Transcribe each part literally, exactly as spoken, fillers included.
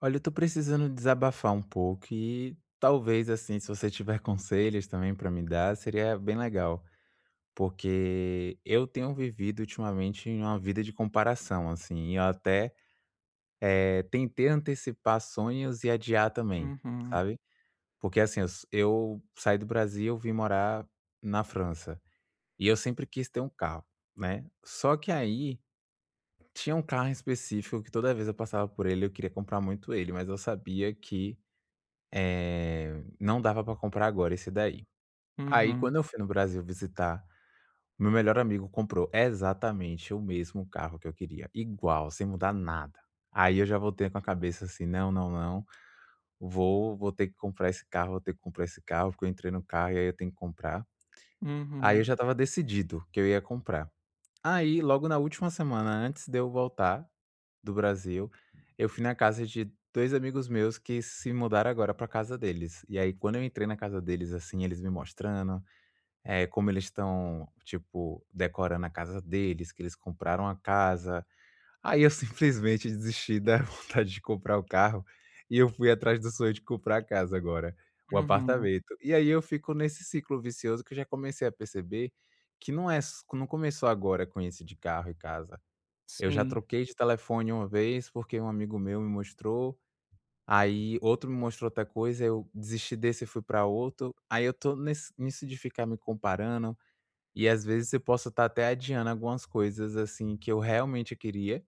Olha, eu tô precisando desabafar um pouco e talvez, assim, se você tiver conselhos também pra me dar, seria bem legal. Porque eu tenho vivido ultimamente em uma vida de comparação, assim, e eu até eh, tentei antecipar sonhos e adiar também, Uhum, sabe? Porque assim, eu, s- eu saí do Brasil, vim morar na França. E eu sempre quis ter um carro, né? Só que aí tinha um carro em específico que toda vez eu passava por ele, eu queria comprar muito ele, mas eu sabia que Eh, não dava pra comprar agora esse daí. Aí uhum, quando eu fui no Brasil visitar, meu melhor amigo comprou exatamente o mesmo carro que eu queria, igual, sem mudar nada. Aí eu já voltei com a cabeça assim: "Não, não, não, vou vou ter que comprar esse carro, vou ter que comprar esse carro, porque eu entrei no carro e aí eu tenho que comprar". Aí eu uhum, já estava decidido que eu ia comprar. Aí logo na última semana antes de eu voltar do Brasil, eu fui na casa de dois amigos meus que se mudaram agora pra casa deles. E aí quando eu entrei na casa deles, assim, eles me mostrando, eh, como eles estão, tipo, decorando a casa deles, que eles compraram a casa. Aí eu simplesmente desisti da vontade de comprar o carro e eu fui atrás do sonho de comprar a casa agora, o uhum. apartamento. E aí eu fico nesse ciclo vicioso que eu já comecei a perceber que não é s não começou agora com esse de carro e casa. Eu já Sim, troquei de telefone uma vez, porque um amigo meu me mostrou, aí outro me mostrou outra coisa, eu desisti desse e fui para outro. Aí eu tô nesse nisso de ficar me comparando, e às vezes eu posso estar até adiando algumas coisas, assim, que eu realmente queria,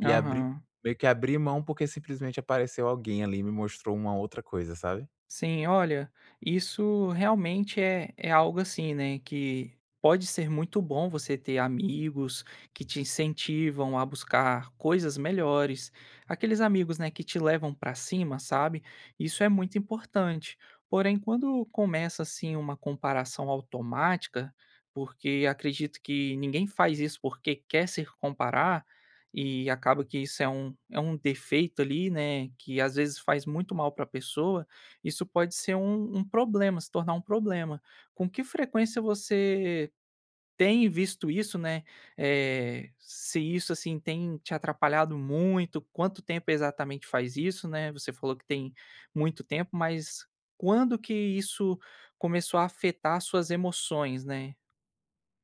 e abrir aham. meio que abrir mão, porque simplesmente apareceu alguém ali e me mostrou uma outra coisa, sabe? Sim, olha, isso realmente é, é algo assim, né? Que pode ser muito bom você ter amigos que te incentivam a buscar coisas melhores, aqueles amigos, né, que te levam para cima, sabe? Isso é muito importante. Porém, quando começa assim uma comparação automática, porque acredito que ninguém faz isso porque quer se comparar, e acaba que isso é um, é um defeito ali, né? Que às vezes faz muito mal para a pessoa. Isso pode ser um um problema, se tornar um problema. Com que frequência você tem visto isso, né, eh, se isso, assim, tem te atrapalhado muito, quanto tempo exatamente faz isso, né, você falou que tem muito tempo, mas quando que isso começou a afetar suas emoções, né?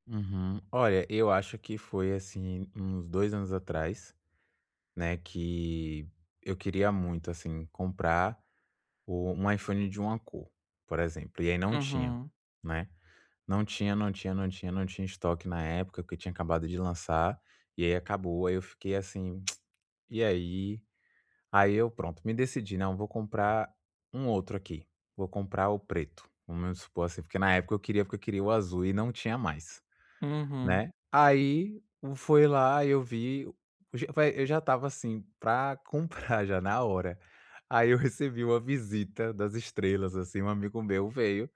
Uhum. Olha, eu acho que foi assim, uns dois anos atrás, né, que eu queria muito, assim, comprar o um iPhone de uma cor, por exemplo, e aí não tinha, Uhum, né. Não tinha, não tinha, não tinha, não tinha estoque na época, porque tinha acabado de lançar, e aí acabou, aí eu fiquei assim: "E aí?". Aí eu pronto, me decidi: "Não, vou comprar um outro aqui, vou comprar o preto", vamos supor assim, porque na época eu queria porque eu queria o azul e não tinha mais. uhum, Né. Aí o- foi lá, eu vi, eu já vai eu já estava assim pra comprar já na hora. Aí eu recebi uma visita das estrelas, assim, um amigo meu veio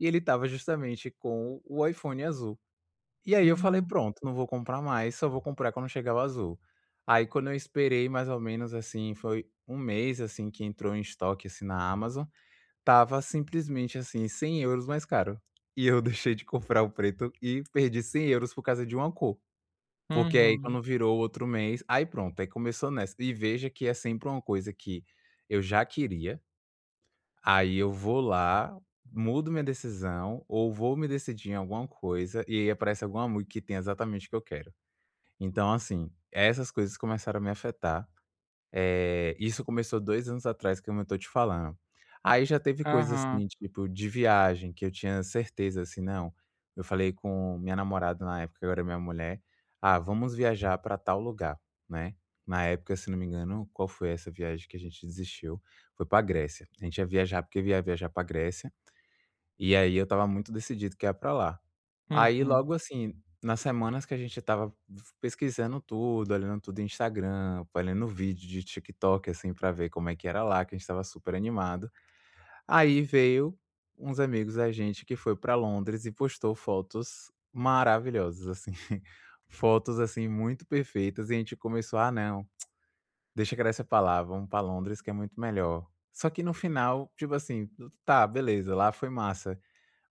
e ele estava justamente com o iPhone azul. E aí eu falei: hum, "Pronto, não vou comprar mais, só vou comprar quando chegar o azul". Aí quando eu esperei mais ou menos assim, foi um mês, assim, que entrou em estoque, assim, na Amazon, tava simplesmente, assim, cem euros mais caro. E eu deixei de comprar o preto e perdi cem euros por causa de uma cor. Porque aí uhum, quando virou outro mês, aí pronto, aí começou nessa. E veja que é sempre uma coisa que eu já queria, aí eu vou lá, mudo minha decisão ou vou me decidir em alguma coisa e aí aparece alguma música que tem exatamente o que eu quero. Então assim, essas coisas começaram a me afetar eh, isso começou dois anos atrás, como eu tô te falando. Aí já teve coisa, aham, assim, tipo, de viagem que eu tinha certeza, assim, não eu falei com minha namorada na época, agora é minha mulher: "Ah, vamos viajar pra tal lugar", né. Na época, se não me engano, qual foi essa viagem que a gente desistiu? Foi pra Grécia. A gente ia viajar porque ia viajar pra Grécia e aí eu estava muito decidido que ia pra lá. Aí uhum, logo assim, nas semanas que a gente estava pesquisando tudo, olhando tudo em Instagram, olhando vídeo de TikTok, assim, pra ver como é que era lá, que a gente estava super animado. Aí veio uns amigos da gente que foi pra Londres e postou fotos maravilhosas, assim, fotos, assim, muito perfeitas e a gente começou: "Ah não, deixa crescer pra lá, vamos pra Londres que é muito melhor". Só que no final, tipo assim, tá beleza, lá foi massa,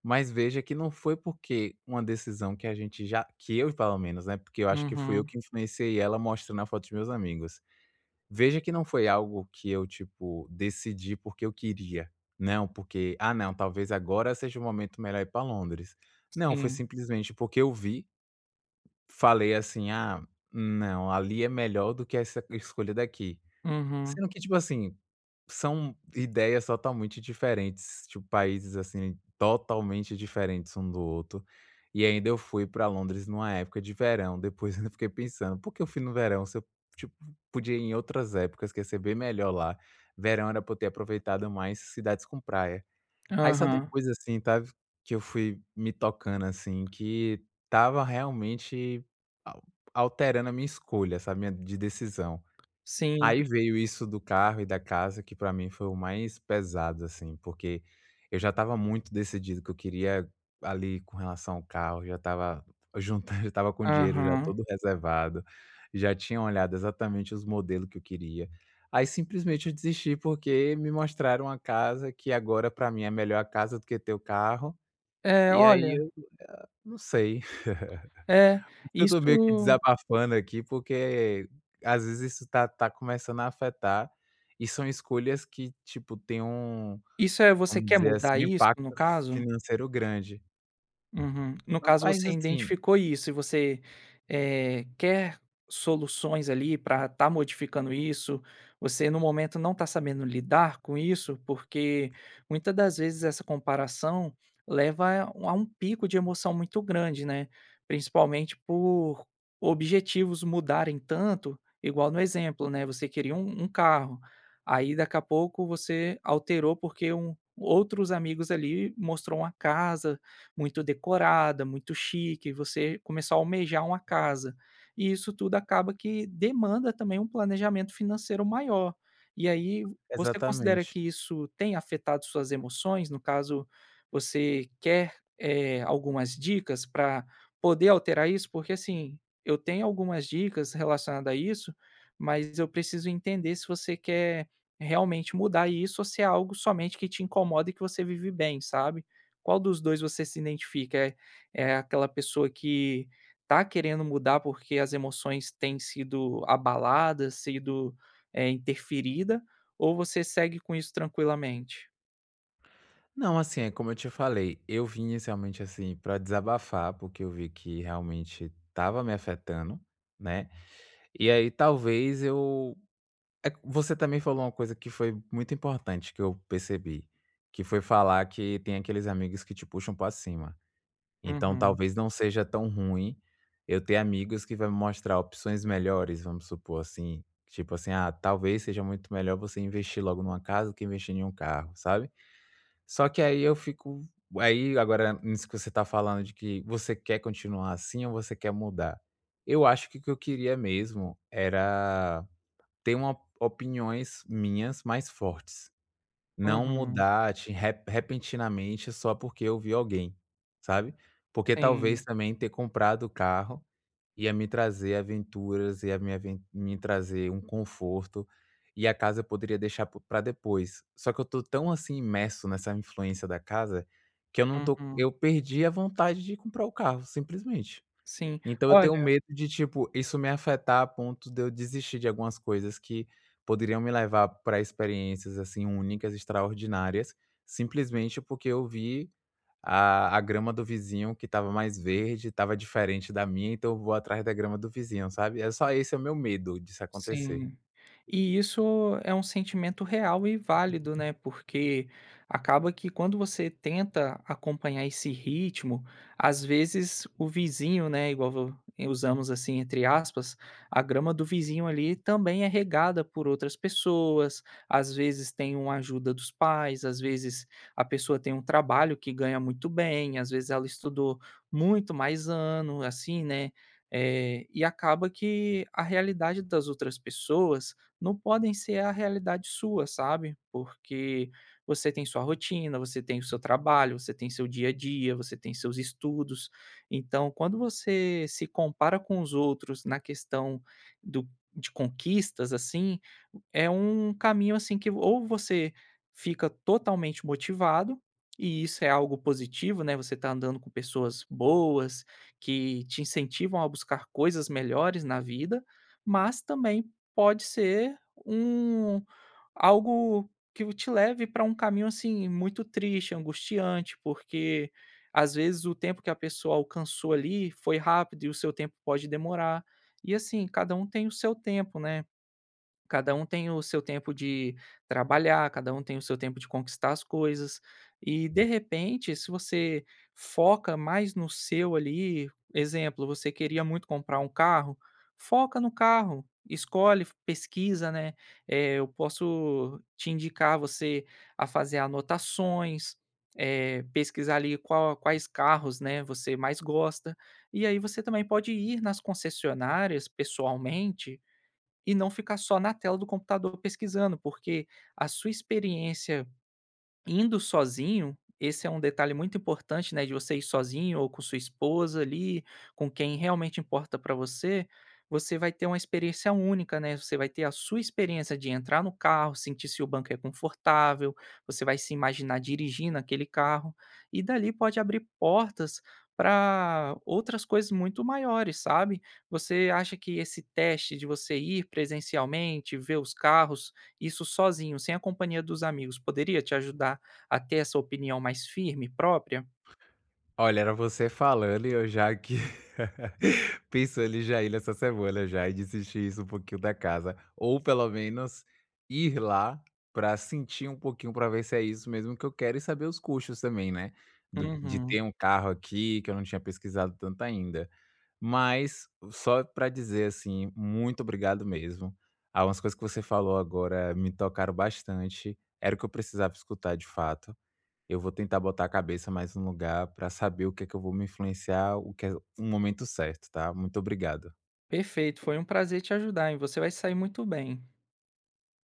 mas veja que não foi porque uma decisão que a gente já que eu pelo menos, né, porque eu acho que fui eu uhum, que influenciei ela mostrando a foto dos meus amigos. Veja que não foi algo que eu, tipo, decidi porque eu queria. Não, porque: "Ah não, talvez agora seja o momento melhor ir para Londres". Não, foi sim, simplesmente porque eu vi, falei assim: "Ah, não, ali é melhor do que essa escolha daqui". uhum, Sendo que, tipo assim, são ideias totalmente diferentes, tipo, países, assim, totalmente diferentes um do outro. E ainda eu fui pra Londres numa época de verão, depois eu fiquei pensando: "Por que eu fui no verão, se eu, tipo, podia ir em outras épocas, que ia ser bem melhor lá?". Verão era pra eu ter aproveitado mais cidades com praia. Aí só aham, depois, assim, sabe, que eu fui me tocando, assim, que tava realmente al alterando a minha escolha, sabe, minha de decisão. sim, Aí veio isso do carro e da casa que pra mim foi o mais pesado, assim, porque eu já estava muito decidido que eu queria ali com relação ao carro, já estava juntando, já estava com o dinheiro já aham. todo reservado, já tinha olhado exatamente os modelos que eu queria. Aí simplesmente eu desisti porque me mostraram a casa que agora pra mim é melhor a casa do que ter o carro, É, e aí olha. eu não sei É, eu tô meio que isso desabafando aqui, porque às vezes isso tá tá começando a afetar, e são escolhas que, tipo, tem um, isso é, você vamos quer dizer assim, mudar um isso, no impacto caso? financeiro grande. Uhum. No caso, Rapaz, você assim identificou isso e você eh, quer soluções ali para estar modificando isso. Você, no momento, não está sabendo lidar com isso, porque muitas das vezes essa comparação leva a um a um pico de emoção muito grande, né, principalmente por objetivos mudarem tanto, igual no exemplo, né, você queria um um carro, aí daqui a pouco você alterou porque um outros amigos ali mostrou uma casa muito decorada, muito chique, você começar a almejar uma casa. E isso tudo acaba que demanda também um planejamento financeiro maior. E aí, você considera exatamente. que isso tem afetado suas emoções? No caso, você quer, eh, algumas dicas para poder alterar isso? Porque, assim, eu tenho algumas dicas relacionadas a isso, mas eu preciso entender se você quer realmente mudar isso ou se é algo somente que te incomoda e que você vive bem, sabe? Qual dos dois você se identifica? É é aquela pessoa que tá querendo mudar, porque as emoções têm sido abaladas, sido, eh, interferida, ou você segue com isso tranquilamente? Não, assim, é como eu te falei, eu vim inicialmente, assim, pra desabafar, porque eu vi que realmente tava me afetando, né, e aí talvez eu É, você também falou uma coisa que foi muito importante que eu percebi, que foi falar que tem aqueles amigos que te puxam pra cima. Então Uhum, talvez não seja tão ruim eu ter amigos que vai me mostrar opções melhores, vamos supor assim, tipo assim: "Ah, talvez seja muito melhor você investir logo numa casa do que investir em um carro", sabe. Só que aí eu fico aí agora nisso que você tá falando de que você quer continuar assim ou você quer mudar. Eu acho que o que eu queria mesmo era tenho op opiniões minhas mais fortes, não uhum, mudar de re repentinamente só porque eu vi alguém, sabe. Porque talvez sim, também ter comprado o carro ia me trazer aventuras, ia me aven me trazer um conforto, e a casa eu poderia deixar para depois. Só que eu tô tão, assim, imerso nessa influência da casa, que eu não tô uhum, eu perdi a vontade de comprar o carro, simplesmente. sim. Então eu Olha. tenho medo de, tipo, isso me afetar a ponto de eu desistir de algumas coisas que poderiam me levar para experiências, assim, únicas, extraordinárias, simplesmente porque eu vi a a grama do vizinho que estava mais verde, estava diferente da minha, então eu vou atrás da grama do vizinho, sabe. É só esse é o meu medo disso acontecer. Sim. E isso é um sentimento real e válido, né? Porque acaba que quando você tenta acompanhar esse ritmo, às vezes o vizinho, né? Igual vo- eh, usamos assim, entre aspas, a grama do vizinho ali também é regada por outras pessoas, às vezes tem uma ajuda dos pais, às vezes a pessoa tem um trabalho que ganha muito bem, às vezes ela estudou muito mais ano, assim, né? Eh, e acaba que a realidade das outras pessoas não podem ser a realidade sua, sabe? Porque você tem sua rotina, você tem o seu trabalho, você tem seu dia a dia, você tem seus estudos. Então, quando você se compara com os outros na questão do de conquistas, assim, é um caminho, assim, que ou você fica totalmente motivado, e isso é algo positivo, né, você tá andando com pessoas boas que te incentivam a buscar coisas melhores na vida, mas também pode ser um algo que te leve para um caminho, assim, muito triste, angustiante, porque às vezes o tempo que a pessoa alcançou ali foi rápido e o seu tempo pode demorar. E assim, cada um tem o seu tempo, né? Cada um tem o seu tempo de trabalhar, cada um tem o seu tempo de conquistar as coisas. E, de repente, se você foca mais no seu ali, exemplo, você queria muito comprar um carro, foca no carro, escolhe, pesquisa, né? Eh, eu posso te indicar você a fazer anotações, eh, pesquisar ali qual- quais carros, né, você mais gosta. E aí você também pode ir nas concessionárias pessoalmente e não ficar só na tela do computador pesquisando, porque a sua experiência. Indo sozinho, esse é um detalhe muito importante, né, de você ir sozinho ou com sua esposa ali, com quem realmente importa para você, você vai ter uma experiência única, né, você vai ter a sua experiência de entrar no carro, sentir se o banco é confortável, você vai se imaginar dirigindo aquele carro, e dali pode abrir portas para outras coisas muito maiores, sabe. Você acha que esse teste de você ir presencialmente, ver os carros, isso sozinho, sem a companhia dos amigos, poderia te ajudar a ter essa opinião mais firme própria? Olha, era você falando e eu já aqui pensando em já ir nessa semana já e desistir isso um pouquinho da casa, ou pelo menos ir lá para sentir um pouquinho, para ver se é isso mesmo que eu quero e saber os custos também, né, do de ter Uhum. um carro aqui, que eu não tinha pesquisado tanto ainda. Mas só para dizer, assim, muito obrigado mesmo. Algumas coisas que você falou agora me tocaram bastante, era o que eu precisava escutar de fato. Eu vou tentar botar a cabeça mais no lugar para saber o que é que eu vou me influenciar, o que é o momento certo, tá. Muito obrigado. Perfeito, foi um prazer te ajudar, e você vai sair muito bem.